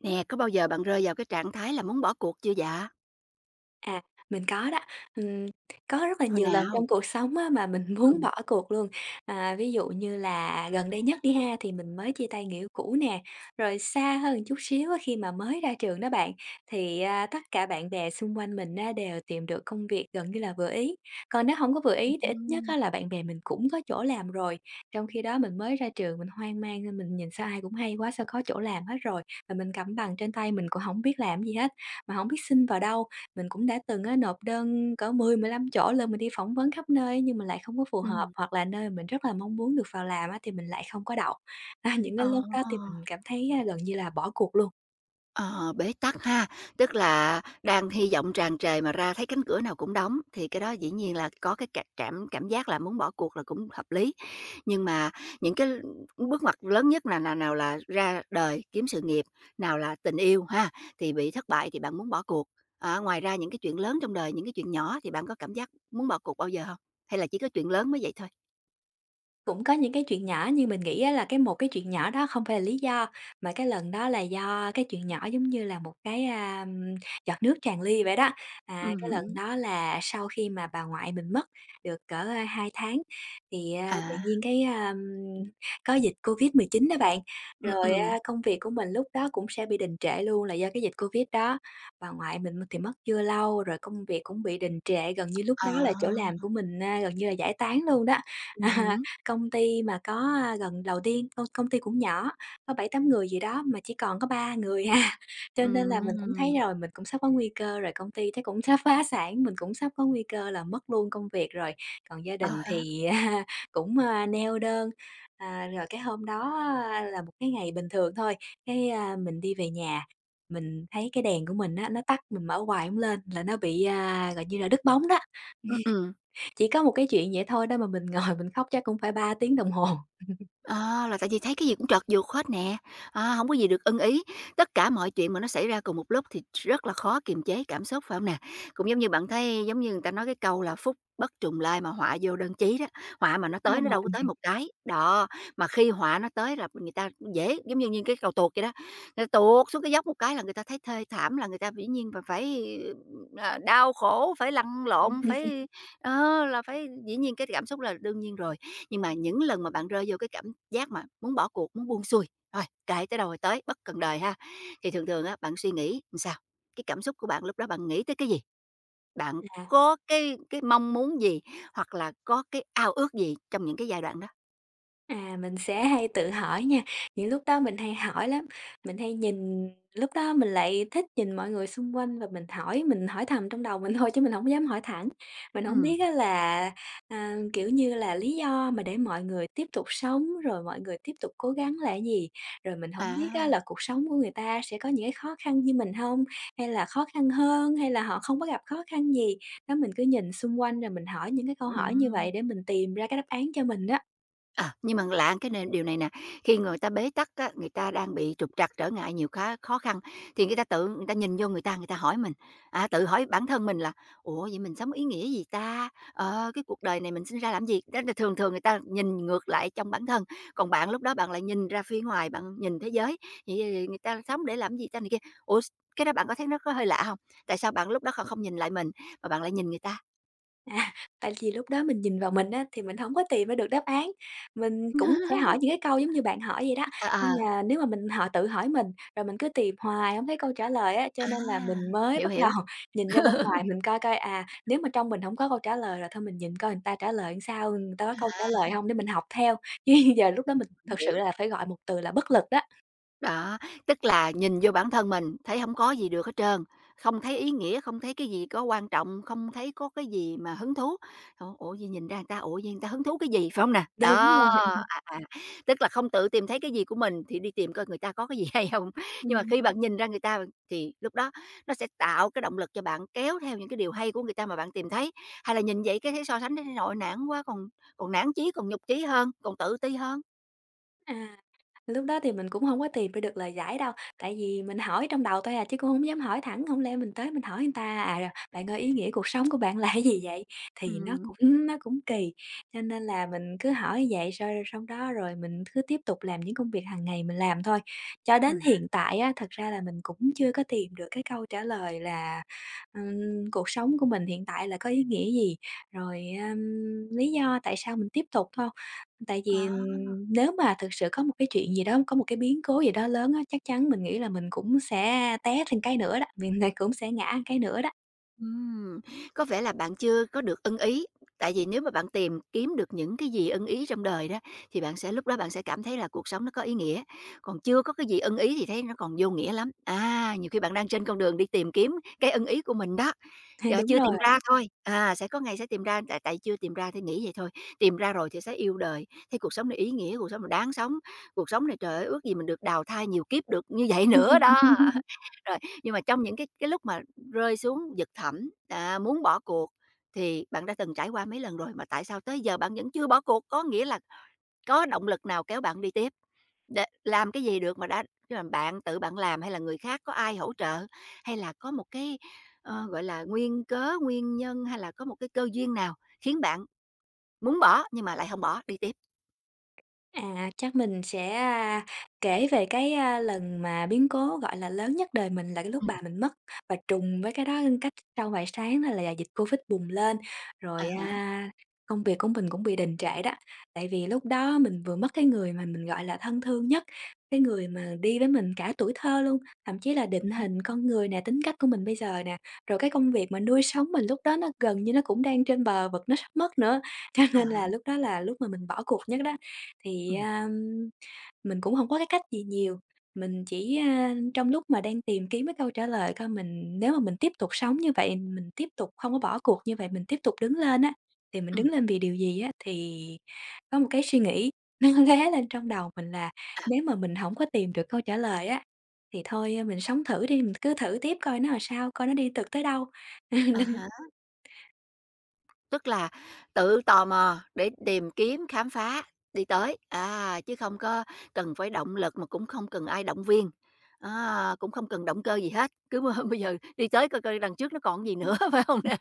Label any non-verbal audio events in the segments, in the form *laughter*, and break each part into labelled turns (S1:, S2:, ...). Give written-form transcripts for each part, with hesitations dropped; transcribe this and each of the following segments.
S1: Nè, có bao giờ bạn rơi vào cái trạng thái là muốn bỏ cuộc chưa dạ?
S2: À, mình có đó. Ừm, có rất là
S1: Hồi
S2: nhiều lần
S1: nào?
S2: trong cuộc sống á, mà mình *laughs* muốn
S1: Ừm.
S2: bỏ cuộc luôn. Ví dụ như là gần đây nhất đi ha, thì mình mới chia tay người yêu cũ nè. Rồi xa hơn chút xíu á, khi mà mới ra trường đó bạn, thì, tất cả bạn bè xung quanh mình á, đều tìm được công việc gần như là vừa ý. Còn nếu không có vừa ý thì ít nhất
S1: Ừm.
S2: á, là bạn bè mình cũng có chỗ làm rồi. Trong khi đó mình mới ra trường mình hoang mang nên mình nhìn sao ai cũng hay quá, sao có chỗ làm hết rồi, và mình cầm bằng trên tay mình cũng không biết làm gì hết, mà không biết xin vào đâu. Mình cũng đã từng á, nộp đơn cỡ 10 15 chỗ lên mình đi phỏng vấn khắp nơi nhưng mà lại không có phù hợp,
S1: Ừm.
S2: hoặc là nơi mình rất là mong muốn được vào làm á, thì mình lại không có đậu. *laughs* Những cái
S1: Ờ,
S2: lúc đó thì mình cảm thấy, gần như là bỏ cuộc luôn.
S1: ờ, bế tắc ha, tức là đang hy vọng tràn trề mà ra thấy cánh cửa nào cũng đóng, thì cái đó dĩ nhiên là có cái cảm cảm cảm giác là muốn bỏ cuộc là cũng hợp lý. Nhưng mà những cái bước ngoặt lớn nhất là nào nào là ra đời kiếm sự nghiệp, nào là tình yêu ha, thì bị thất bại thì bạn muốn bỏ cuộc. Ờ, ngoài ra những cái chuyện lớn trong đời, những cái chuyện nhỏ thì bạn có cảm giác muốn bỏ cuộc bao giờ không? Hay là chỉ có chuyện lớn mới vậy thôi?
S2: Cũng có những cái chuyện nhỏ nhưng mình nghĩ á là cái một cái chuyện nhỏ đó không phải là lý do, mà cái lần đó là do cái chuyện nhỏ giống như là một cái, giọt nước tràn ly vậy đó. À, cái lần
S1: Hứm.
S2: đó là sau khi mà bà ngoại mình mất được cỡ, 2 tháng thì, tự
S1: À,
S2: nhiên cái, có dịch Covid-19 đó bạn, rồi,
S1: ừm.
S2: công việc của mình lúc đó cũng sẽ bị đình trệ luôn là do cái dịch Covid đó. Bà ngoại mình thì mất chưa lâu, rồi công việc cũng bị đình trệ, gần như lúc đó là chỗ
S1: À,
S2: làm của mình, gần như là giải tán luôn đó. *laughs*
S1: hứm.
S2: Công ty mà có, gần đầu tiên, công công ty cũng nhỏ, có 7 8 người gì đó mà chỉ còn có 3 người ha *laughs* cho nên là mình cũng thấy
S1: Ừm.
S2: rồi, mình cũng sắp có nguy cơ rồi, công ty thấy cũng sắp phá sản, mình cũng sắp có nguy cơ là mất luôn công việc rồi. Còn gia
S1: À
S2: đình
S1: há.
S2: thì, *laughs* cũng, neo đơn. Rồi cái hôm đó á là một cái ngày bình thường thôi, cái, mình đi về nhà, mình thấy cái đèn của mình á, nó tắt, mình mở hoài không lên là nó bị, gọi như là, đứt bóng đó.
S1: Ừm, ừm.
S2: Chỉ có một cái chuyện vậy thôi đó mà mình ngồi mình khóc chắc cũng phải 3 tiếng đồng hồ.
S1: À, là tại vì thấy cái gì cũng trật vượt hết nè, à, hổng có gì được ưng ý. Tất cả mọi chuyện mà nó xảy ra cùng một lúc thì rất là khó kiềm chế cảm xúc, phải không nè? Cũng giống như bạn thấy giống như người ta nói cái câu là "Phúc bất trùng lai mà họa vô đơn chí" đó, họa mà nó tới
S2: Đúng
S1: nó
S2: rồi,
S1: đâu có tới một cái. Đó, mà khi họa nó tới là người ta dễ giống như như cái cầu tuột vậy đó, người ta tuột xuống cái dốc một cái là người ta thấy thê thảm, là người ta dĩ nhiên là phải, ờ, đau khổ, phải lăn lộn,
S2: chính
S1: phải Ờ, là phải dĩ nhiên cái cảm xúc là đương nhiên rồi, nhưng mà những lần mà bạn rơi vô cái cảm giác mà muốn bỏ cuộc, muốn buông xuôi, thôi kệ tới đâu rồi tới, bất cần đời ha, thì thường thường á, bạn suy nghĩ làm sao? Cái cảm xúc của bạn lúc đó bạn nghĩ tới cái gì? Bạn
S2: xác.
S1: có cái mong muốn gì? Hoặc là có cái ao ước gì trong những cái giai đoạn đó?
S2: Mình sẽ hay tự hỏi nha, những lúc đó mình hay hỏi lắm, mình hay nhìn lúc đó mình lại thích nhìn mọi người xung quanh và mình hỏi thầm trong đầu mình thôi chứ mình không dám hỏi thẳng. Mình không
S1: Ừ.
S2: biết á là, kiểu như là, lý do mà để mọi người tiếp tục sống, rồi mọi người tiếp tục cố gắng là cái gì? Rồi mình không biết
S1: À,
S2: á là cuộc sống của người ta sẽ có những cái khó khăn như mình không? Hay là khó khăn hơn, hay là họ không có gặp khó khăn gì? Đó, mình cứ nhìn xung quanh rồi mình hỏi những cái câu
S1: ừ.
S2: hỏi như vậy để mình tìm ra cái đáp án cho mình đó.
S1: Ờ, nhưng mà lạ cái nền điều này nè, khi người ta bế tắc á, người ta đang bị trục trặc, trở ngại, nhiều khá khó khăn thì người ta tự người ta nhìn vô người ta hỏi mình, à, tự hỏi bản thân mình là "Ủa, vậy mình sống ý nghĩa gì ta? Ờ, cái cuộc đời này mình sinh ra làm gì?" Đó là thường thường người ta nhìn ngược lại trong bản thân, còn bạn lúc đó bạn lại nhìn ra phía ngoài, bạn nhìn thế giới, vậy người ta sống để làm gì ta này kia. Ủa, cái đó bạn có thấy nó có hơi lạ không? Tại sao bạn lúc đó không nhìn lại mình mà bạn lại nhìn người ta?
S2: À, tại vì lúc đó mình nhìn vào mình á, thì mình hổng có tìm ra được đáp án. Mình cũng sẽ
S1: *laughs*
S2: hỏi những cái câu giống như bạn hỏi vậy đó,
S1: Ờ,
S2: nhưng mà nếu mà mình họ tự hỏi mình, rồi mình cứ tìm hoài hông thấy câu trả lời á, cho
S1: à,
S2: nên là mình mới
S1: hiểu,
S2: bắt đầu
S1: hiểu,
S2: *laughs* nhìn ra bên ngoài mình coi coi, nếu mà trong mình hổng có câu trả lời rồi thôi mình nhìn coi người ta trả lời sao, người ta có câu
S1: à,
S2: trả lời hông để mình học theo, *laughs* chứ giờ lúc đó mình thật sự
S1: hiểu.
S2: là phải gọi một từ là bất lực đó.
S1: Đó, tức là nhìn vô bản thân mình, thấy không có gì được hết trơn, không thấy ý nghĩa, không thấy cái gì có quan trọng, không thấy có cái gì mà hứng thú. Ủa, vậy nhìn ra người ta, ủa, vậy người ta hứng thú cái gì, phải không nè?
S2: Đúng
S1: Đó,
S2: rồi.
S1: à, tức là không tự tìm thấy cái gì của mình thì đi tìm coi người ta có cái gì hay không.
S2: *laughs*
S1: Nhưng mà
S2: Ừm,
S1: khi bạn nhìn ra người ta thì lúc đó nó sẽ tạo cái động lực cho bạn kéo theo những cái điều hay của người ta mà bạn tìm thấy, hay là nhìn vậy cái thấy so sánh thấy nội nản quá, còn còn nản chí, còn nhục chí hơn, còn tự ti hơn.
S2: à. Lúc đó thì mình cũng hông có tìm ra được lời giải đâu, tại vì mình hỏi trong đầu thôi à, chứ cũng hổng dám hỏi thẳng, hổng lẽ mình tới mình hỏi người ta: "À, bạn ơi, ý nghĩa cuộc sống của bạn là cái gì vậy?" Thì nó
S1: Ừm,
S2: cũng *laughs* nó cũng kỳ, cho nên là mình cứ hỏi vậy rồi xong đó rồi mình cứ tiếp tục làm những công việc hàng ngày mình làm thôi. Cho đến
S1: ừm,
S2: hiện tại á, thật ra là mình cũng chưa có tìm được cái câu trả lời là, cuộc sống của mình hiện tại là có ý nghĩa gì, rồi, lý do tại sao mình tiếp tục thôi. Tại vì,
S1: à.
S2: nếu mà thực sự có một cái chuyện gì đó, có một cái biến cố gì đó lớn á, chắc chắn mình nghĩ là mình cũng sẽ té thêm cái nữa đó, mình lại cũng sẽ ngã một cái nữa đó.
S1: Ừm, có vẻ là bạn chưa có được ưng ý, tại vì nếu mà bạn tìm kiếm được những cái gì ưng ý trong đời đó thì bạn sẽ lúc đó bạn sẽ cảm thấy là cuộc sống nó có ý nghĩa, còn chưa có cái gì ưng ý thì thấy nó còn vô nghĩa lắm. À, nhiều khi bạn đang trên con đường đi tìm kiếm cái ưng ý của mình đó,
S2: *laughs*
S1: ờ,
S2: Đúng
S1: chưa tìm
S2: rồi.
S1: ra thôi, à, sẽ có ngày sẽ tìm ra, tại tại chưa tìm ra thì nghĩ vậy thôi, tìm ra rồi thì sẽ yêu đời, thấy cuộc sống này ý nghĩa, cuộc sống này đáng sống, cuộc sống này trời ơi ước gì mình được đào thai nhiều kiếp được như vậy nữa đó.
S2: *laughs*
S1: Rồi, nhưng mà trong những cái lúc mà rơi xuống vực thẳm, à, muốn bỏ cuộc thì bạn đã từng trải qua mấy lần rồi mà tại sao tới giờ bạn vẫn chưa bỏ cuộc? Có nghĩa là có động lực nào kéo bạn đi tiếp? Để làm cái gì được mà đã tức là bạn tự bạn làm hay là người khác có ai hỗ trợ? Hay là có một cái, ờ, gọi là, nguyên cớ, nguyên nhân hay là có một cái cơ duyên nào khiến bạn muốn bỏ nhưng mà lại không bỏ, đi tiếp?
S2: Chắc mình sẽ, kể về cái, lần mà biến cố, gọi là, lớn nhất đời mình là cái lúc
S1: Ừm,
S2: bà mình mất, và trùng với cái đó cách sau vài sáng đó là dịch Covid bùng lên,
S1: à
S2: rồi,
S1: há.
S2: công việc của mình cũng bị đình trệ đó. Tại vì lúc đó mình vừa mất cái người mà mình, gọi là, thân thương nhất, cái người mà đi với mình cả tuổi thơ luôn, thậm chí là định
S1: Ừm,
S2: hình con người nè, tính cách của mình bây giờ nè, rồi cái công việc mà nuôi sống mình lúc đó nó gần như nó cũng đang trên bờ vực, nó sắp mất nữa, *laughs* cho
S1: à
S2: nên
S1: há,
S2: là lúc đó là lúc mà mình bỏ cuộc nhất đó. Thì,
S1: ừm,
S2: mình cũng không có cái cách gì nhiều, mình chỉ, trong lúc mà đang tìm kiếm cái câu trả lời coi mình nếu mà mình tiếp tục sống như vậy, mình tiếp tục không có bỏ cuộc như vậy, mình tiếp tục đứng lên á, thì mình đứng
S1: ừm,
S2: lên vì điều gì á, thì có một cái suy nghĩ *laughs* nó lóe lên trong đầu mình là nếu mà mình không có tìm được câu trả lời á, thì thôi à, mình sống thử đi, mình cứ thử tiếp coi nó là sao, coi nó đi được tới đâu.
S1: à
S2: *laughs*
S1: há. Tức là tự tò mò để tìm kiếm, khám phá, đi tới, à, chứ không có cần phải động lực mà cũng không cần ai động viên, á, cũng không cần động cơ gì hết, cứ mà *laughs* bây giờ đi tới coi coi đằng trước nó còn gì nữa, *laughs* phải không nè?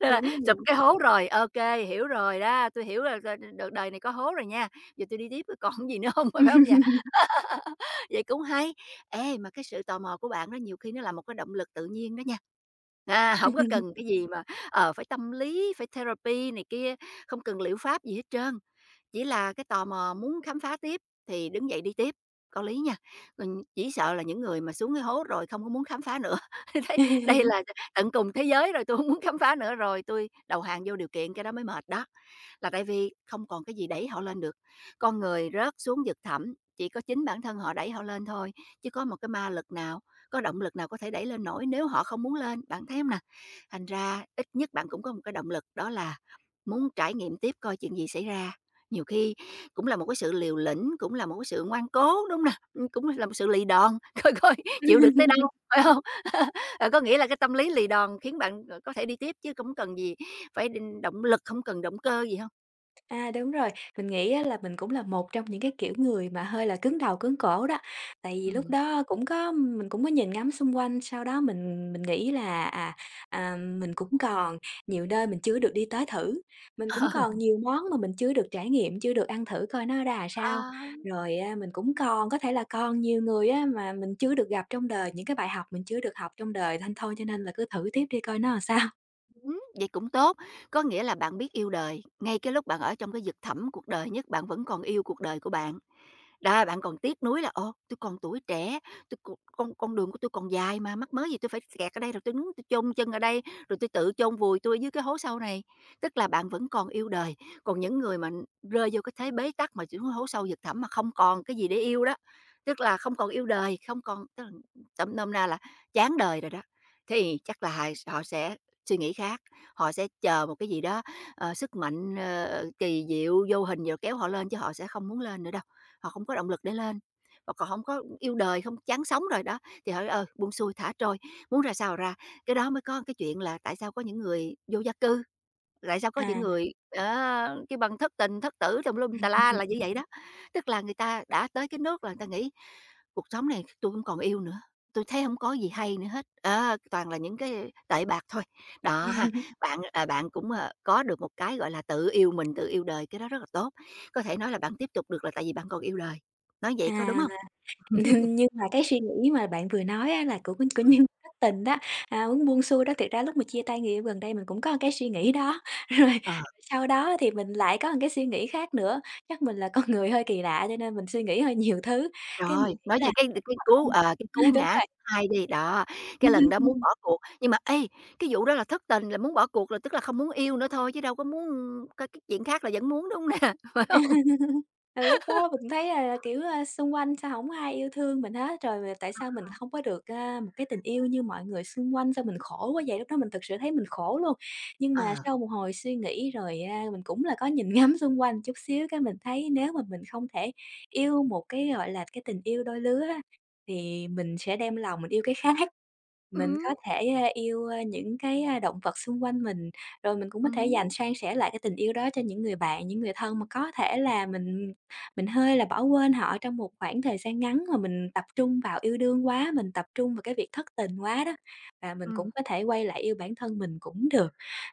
S1: Nên là
S2: Đúng
S1: sụp
S2: rồi.
S1: cái hố rồi, ok hiểu rồi đó, tôi hiểu là đời này có hố rồi nha, giờ tôi đi tiếp coi còn gì nữa không *laughs* phải không vậy? *laughs* Vậy cũng hay. Ê, mà cái sự tò mò của bạn đó nhiều khi nó là một cái động lực tự nhiên đó nha. À, hổng có cần
S2: *laughs*
S1: cái gì mà, ờ, phải tâm lý, phải therapy này kia, không cần liệu pháp gì hết trơn, chỉ là cái tò mò muốn khám phá tiếp thì đứng dậy đi tiếp, có lý nha. Chỉ sợ là những người mà xuống cái hố rồi không có muốn khám phá nữa, *laughs* thấy đây là tận cùng thế giới rồi, tôi không muốn khám phá nữa rồi, tôi đầu hàng vô điều kiện, cái đó mới mệt đó là tại vì không còn cái gì đẩy họ lên được. Con người rớt xuống vực thẳm, chỉ có chính bản thân họ đẩy họ lên thôi, chứ có một cái ma lực nào, có động lực nào có thể đẩy lên nổi nếu họ không muốn lên, bạn thấy không nè? Thành ra ít nhất bạn cũng có một cái động lực đó là muốn trải nghiệm tiếp coi chuyện gì xảy ra. Nhiều khi cũng là một cái sự liều lĩnh, cũng là một cái sự ngoan cố, đúng hông nè? Cũng là một sự lì đòn, *laughs* coi coi chịu được tới đâu, phải không? *laughs* Ờ, có nghĩa là cái tâm lý lì đòn khiến bạn, ờ, có thể đi tiếp chứ cũng cần gì phải động lực, không cần động cơ gì hết.
S2: Đúng rồi, mình nghĩ á là mình cũng là một trong những cái kiểu người mà hơi là cứng đầu cứng cổ đó. Tại vì lúc
S1: Ừm,
S2: đó cũng có mình cũng có nhìn ngắm xung quanh, sau đó mình nghĩ là, mình cũng còn nhiều nơi mình chưa được đi tới thử,
S1: ờ,
S2: mình cũng còn
S1: *laughs*
S2: nhiều món mà mình chưa được trải nghiệm, chưa được ăn thử coi nó ra làm sao.
S1: a,
S2: Rồi, mình cũng còn có thể là còn nhiều người á mà mình chưa được gặp trong đời, những cái bài học mình chưa được học trong đời, nên thôi cho nên là cứ thử tiếp đi coi nó làm sao.
S1: Vậy cũng tốt. Có nghĩa là bạn biết yêu đời, ngay cái lúc bạn ở trong cái vực thẳm cuộc đời nhất, bạn vẫn còn yêu cuộc đời của bạn. Đó, bạn còn tiếc nuối là ô tôi còn tuổi trẻ, tôi còn con đường của tôi còn dài mà, mắc mớ gì tôi phải kẹt ở đây, rồi tôi đứng tui chôn chân ở đây, rồi tôi tự chôn vùi tôi ở dưới cái hố sâu này." Tức là bạn vẫn còn yêu đời, còn những người mà rơi vô cái thế bế tắc mà xuống hố sâu vực thẳm mà không còn cái gì để yêu đó, tức là không còn yêu đời, không còn tức là tôm nôm na là chán đời rồi đó, thì chắc là họ họ sẽ suy nghĩ khác họ sẽ chờ một cái gì đó, ờ, sức mạnh, ờ, kỳ diệu, vô hình rồi kéo họ lên chứ họ sẽ không muốn lên nữa đâu, họ không có động lực để lên. Và còn không có yêu đời, không chán sống rồi đó, thì họ ơi buông xuôi, thả trôi, muốn ra sao ra." Cái đó mới có cái chuyện là tại sao có những người vô gia cư. Tại sao có những
S2: À.
S1: người, á, cái bằng thất tình, thất tử tùm lum tà la là như vậy đó. Tức là người ta đã tới cái nước là người ta nghĩ cuộc sống này tôi hông còn yêu nữa, tôi thấy không có gì hay nữa hết, á, toàn là những cái tệ bạc thôi. Đó ha,
S2: *laughs*
S1: bạn, à, bạn cũng, ờ, có được một cái, gọi là, tự yêu mình, tự yêu đời, cái đó rất là tốt. Có thể nói là bạn tiếp tục được là tại vì bạn còn yêu đời, nói vậy có đúng
S2: À.
S1: không?
S2: *laughs* Nhưng mà cái suy nghĩ mà bạn vừa nói á là của
S1: Ừm,
S2: nhân *laughs* thất tình đó, muốn buông xuôi đó, thiệt ra lúc mà chia tay người yêu gần đây mình cũng có cái suy nghĩ đó, *laughs* rồi
S1: ờ.
S2: sau đó thì mình lại có một cái suy nghĩ khác nữa. Chắc mình là con người hơi kỳ lạ cho nên mình suy nghĩ hơi nhiều thứ, cái mình
S1: Rồi,
S2: nghĩ
S1: nói
S2: là
S1: về cái
S2: nếu
S1: cái
S2: mà
S1: cú,
S2: không
S1: ờ, cái cú
S2: *laughs* đúng
S1: ngã
S2: rồi.
S1: thứ hai đi, đó, cái lần đó muốn bỏ
S2: *laughs*
S1: cuộc, nhưng mà, ê, cái vụ đó là thất tình là muốn bỏ cuộc là tức là không muốn yêu nữa thôi chứ đâu có muốn có cái chuyện khác là vẫn muốn, đúng hông nè? *laughs* Phải
S2: À,
S1: hông?
S2: *laughs* là lúc đó mình thấy là, kiểu, ơ, xung quanh sao không ai yêu thương mình hết, rồi mà tại sao mình không có được, một cái tình yêu như mọi người xung quanh, sao mình khổ quá vậy? Lúc đó mình thực sự thấy mình khổ luôn. Nhưng
S1: Ờ.
S2: mà sau một hồi suy nghĩ rồi, mình cũng là có nhìn ngắm xung quanh chút xíu cái mình thấy nếu mà mình không thể yêu một cái, gọi là, cái tình yêu đôi lứa á, thì mình sẽ đem lòng mình yêu cái khác. Mình
S1: Ừm,
S2: có thể, yêu, những cái, động vật xung quanh mình, rồi mình cũng có thể
S1: ừm,
S2: dành san sẻ lại cái tình yêu đó cho những người bạn, những người thân mà có thể là mình hơi là bỏ quên họ trong một khoảng thời gian ngắn mà mình tập trung vào yêu đương quá, mình tập trung vào cái việc thất tình quá đó, và mình
S1: ừm,
S2: cũng có thể quay lại yêu bản thân mình cũng được.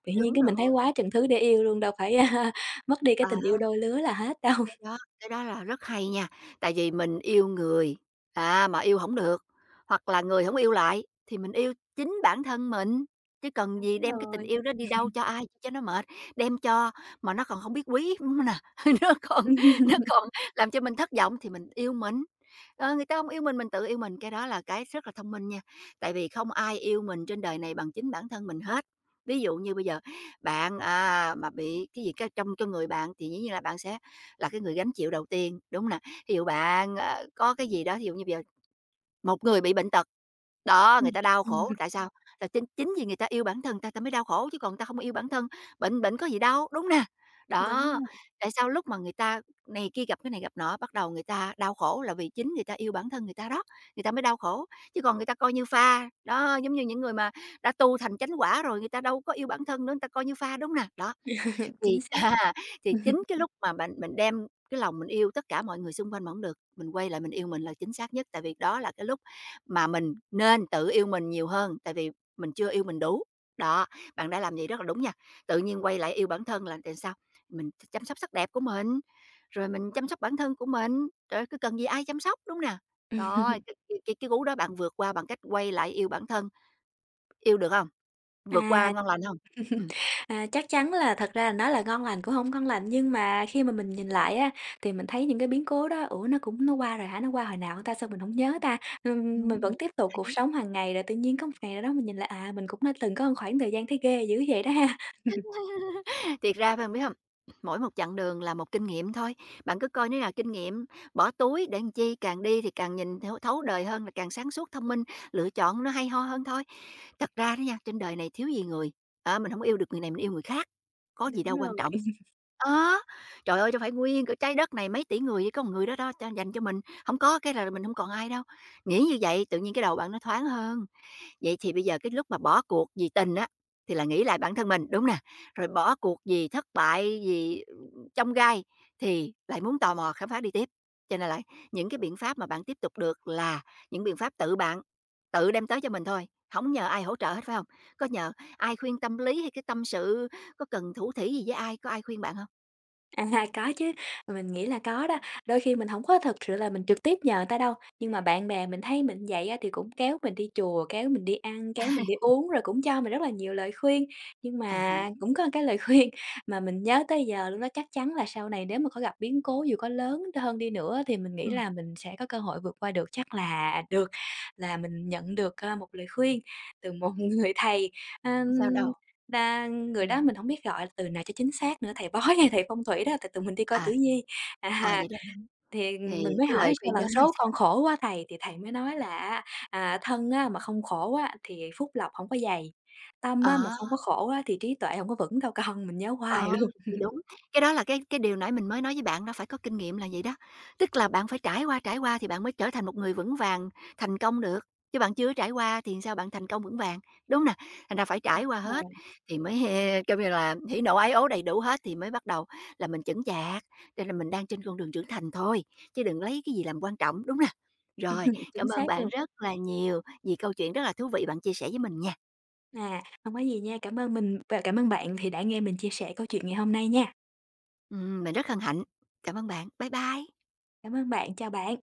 S2: Tự nhiên
S1: đúng
S2: cái mình thấy
S1: rồi,
S2: quá chừng thứ để yêu luôn, đâu phải *laughs* mất đi cái
S1: ờ.
S2: tình yêu đôi lứa là hết đâu.
S1: Cái đó là rất hay nha, tại vì mình yêu người, à, mà yêu không được, hoặc là người không yêu lại thì mình yêu chính bản thân mình, chứ cần gì
S2: Đúng
S1: đem cái tình
S2: rồi.
S1: yêu đó đi đâu cho ai cho nó mệt, đem cho mà nó còn không biết quý, *laughs* nè, nó còn nó
S2: *laughs*
S1: còn làm cho mình thất vọng thì mình yêu mình. Ờ, người ta không yêu mình tự yêu mình, cái đó là cái rất là thông minh nha, tại vì không ai yêu mình trên đời này bằng chính bản thân mình hết. Ví dụ như bây giờ bạn, à, mà bị cái gì cái trong cho người bạn thì dĩ nhiên là bạn sẽ là cái người gánh chịu đầu tiên, đúng hông nè? Thí dụ bạn, ờ, có cái gì đó, thí dụ như bây giờ một người bị bệnh tật, đó, người
S2: Ừm.
S1: ta đau
S2: Ừm.
S1: khổ, tại sao? Là chính chính vì người ta yêu bản thân ta ta mới đau khổ chứ còn ta không yêu bản thân, bệnh bệnh có gì đâu, đúng nè?
S2: Đúng
S1: Đó,
S2: rồi.
S1: tại sao lúc mà người ta này kia gặp cái này gặp nọ, bắt đầu người ta đau khổ là vì chính người ta yêu bản thân người ta đó, người ta mới đau khổ, chứ còn người ta coi như pha, đó, giống như những người mà đã tu thành chánh quả rồi, người ta đâu có yêu bản thân nữa, người ta coi như pha, đúng nè? Đó.
S2: Chính
S1: Thì
S2: xác.
S1: *laughs* à, thì chính cái lúc mà bạn mình đem cái lòng mình yêu tất cả mọi người xung quanh mà hổng được, mình quay lại mình yêu mình là chính xác nhất, tại vì đó là cái lúc mà mình nên tự yêu mình nhiều hơn, tại vì mình chưa yêu mình đủ. Đó, bạn đã làm vậy rất là đúng nha. Tự nhiên quay lại yêu bản thân là tại sao? Mình chăm sóc sắc đẹp của mình, rồi mình chăm sóc bản thân của mình, trời ơi, cứ cần gì ai chăm sóc, đúng hông nè? Đó, cái
S2: *laughs*
S1: cái cái cái cú đó bạn vượt qua bằng cách quay lại yêu bản thân, yêu được hông? Vượt qua
S2: À.
S1: ngon lành hông? Ừm.
S2: chắc chắn là thật ra là nói là ngon lành cũng không ngon lành, nhưng mà khi mà mình nhìn lại á, thì mình thấy những cái biến cố đó, ủa, nó cũng qua rồi hả? Nó qua hồi nào ta? Sao mình không nhớ ta? Mình
S1: Ừm,
S2: vẫn tiếp tục cuộc
S1: hay.
S2: sống hàng ngày, rồi tự nhiên có một ngày nào đó mình nhìn lại, mình cũng đã từng có một khoảng thời gian thấy ghê dữ vậy đó ha.
S1: *laughs* Thiệt ra bạn biết không? Mỗi một chặng đường là một kinh nghiệm thôi, bạn cứ coi nó là kinh nghiệm, bỏ túi để làm chi, càng đi thì càng nhìn thấu thấu đời hơn, là càng sáng suốt, thông minh, lựa chọn nó hay ho hơn thôi. Thật ra đó nha, trên đời này thiếu gì người, ờ, mình không yêu được người này mình yêu người khác, có gì
S2: Đúng
S1: đâu quan
S2: rồi.
S1: trọng. Đó, trời ơi, cho phải nguyên cái trái đất này mấy tỷ người chỉ có một người đó đó cho dành cho mình, không có cái là mình không còn ai đâu. Nghĩ như vậy tự nhiên cái đầu bạn nó thoáng hơn. Vậy thì bây giờ cái lúc mà bỏ cuộc vì tình á, thì là nghĩ lại bản thân mình, đúng nè, rồi bỏ cuộc vì thất bại, vì, trong gai thì lại muốn tò mò khám phá đi tiếp. Cho nên là những cái biện pháp mà bạn tiếp tục được là những biện pháp tự bạn, tự đem tới cho mình thôi, không nhờ ai hỗ trợ hết, phải không? Có nhờ ai khuyên tâm lý hay cái tâm sự, có cần thủ thỉ gì với ai, có ai khuyên bạn không?
S2: À, *laughs* có chứ, mình nghĩ là có đó. Đôi khi mình không có thực sự là mình trực tiếp nhờ người ta đâu, nhưng mà bạn bè mình thấy mình vậy á thì cũng kéo mình đi chùa, kéo mình đi ăn, kéo mình đi
S1: *laughs*
S2: uống, rồi cũng cho mình rất là nhiều lời khuyên. Nhưng
S1: À há,
S2: mà cũng có một cái lời khuyên *laughs* mà mình nhớ tới giờ luôn đó, chắc chắn là sau này nếu mà có gặp biến cố dù có lớn hơn đi nữa thì mình nghĩ
S1: ừm,
S2: là mình sẽ có cơ hội vượt qua được. Chắc là được là mình nhận được, ơ, một lời khuyên từ một *laughs* người thầy.
S1: sao đâu?
S2: Là người
S1: Ừm,
S2: đó mình hổng biết gọi từ nào cho chính xác nữa, thầy bói hay thầy phong thủy đó, tại tụi mình đi coi tử
S1: à,
S2: vi.
S1: à,
S2: À,
S1: vậy đó.
S2: thì
S1: Thì
S2: mình mới
S1: cái
S2: hỏi
S1: lời
S2: sao
S1: khuyên đó
S2: là
S1: nói
S2: "Số con
S1: sao?
S2: khổ quá thầy", thì thầy mới nói là á, "Thân á mà không khổ á thì phúc lộc hổng có dày, tâm á mà
S1: Ờ.
S2: không có khổ á thì trí tuệ hổng có vững đâu con", mình nhớ
S1: Ờ,
S2: hoài luôn.
S1: thì đúng. Cái đó là cái điều nãy mình mới nói với bạn đó, phải có kinh nghiệm là vậy đó. Tức là bạn phải trải qua thì bạn mới trở thành một người vững vàng, thành công được, chứ bạn chưa trải qua thì sao bạn thành công vững vàng, đúng nè? Thành ra phải trải qua
S2: Đúng
S1: hết
S2: rồi, *laughs*
S1: thì mới, *laughs* kêu như là, hỉ nộ ái ố đầy đủ hết thì mới bắt đầu là mình chững chạc, cho nên mình đang trên con đường trưởng thành thôi, chứ đừng lấy cái gì làm quan trọng, đúng nè. Rồi,
S2: hưm, chính
S1: cảm ơn
S2: xác
S1: bạn
S2: luôn.
S1: rất là nhiều vì câu chuyện rất là thú vị bạn chia sẻ với mình nha.
S2: Hông có gì nha, cảm ơn mình và cảm ơn bạn thì đã nghe mình chia sẻ câu chuyện ngày hôm nay nha.
S1: Mình rất hân hạnh. Cảm ơn bạn. Bye bye.
S2: Cảm ơn bạn, chào bạn.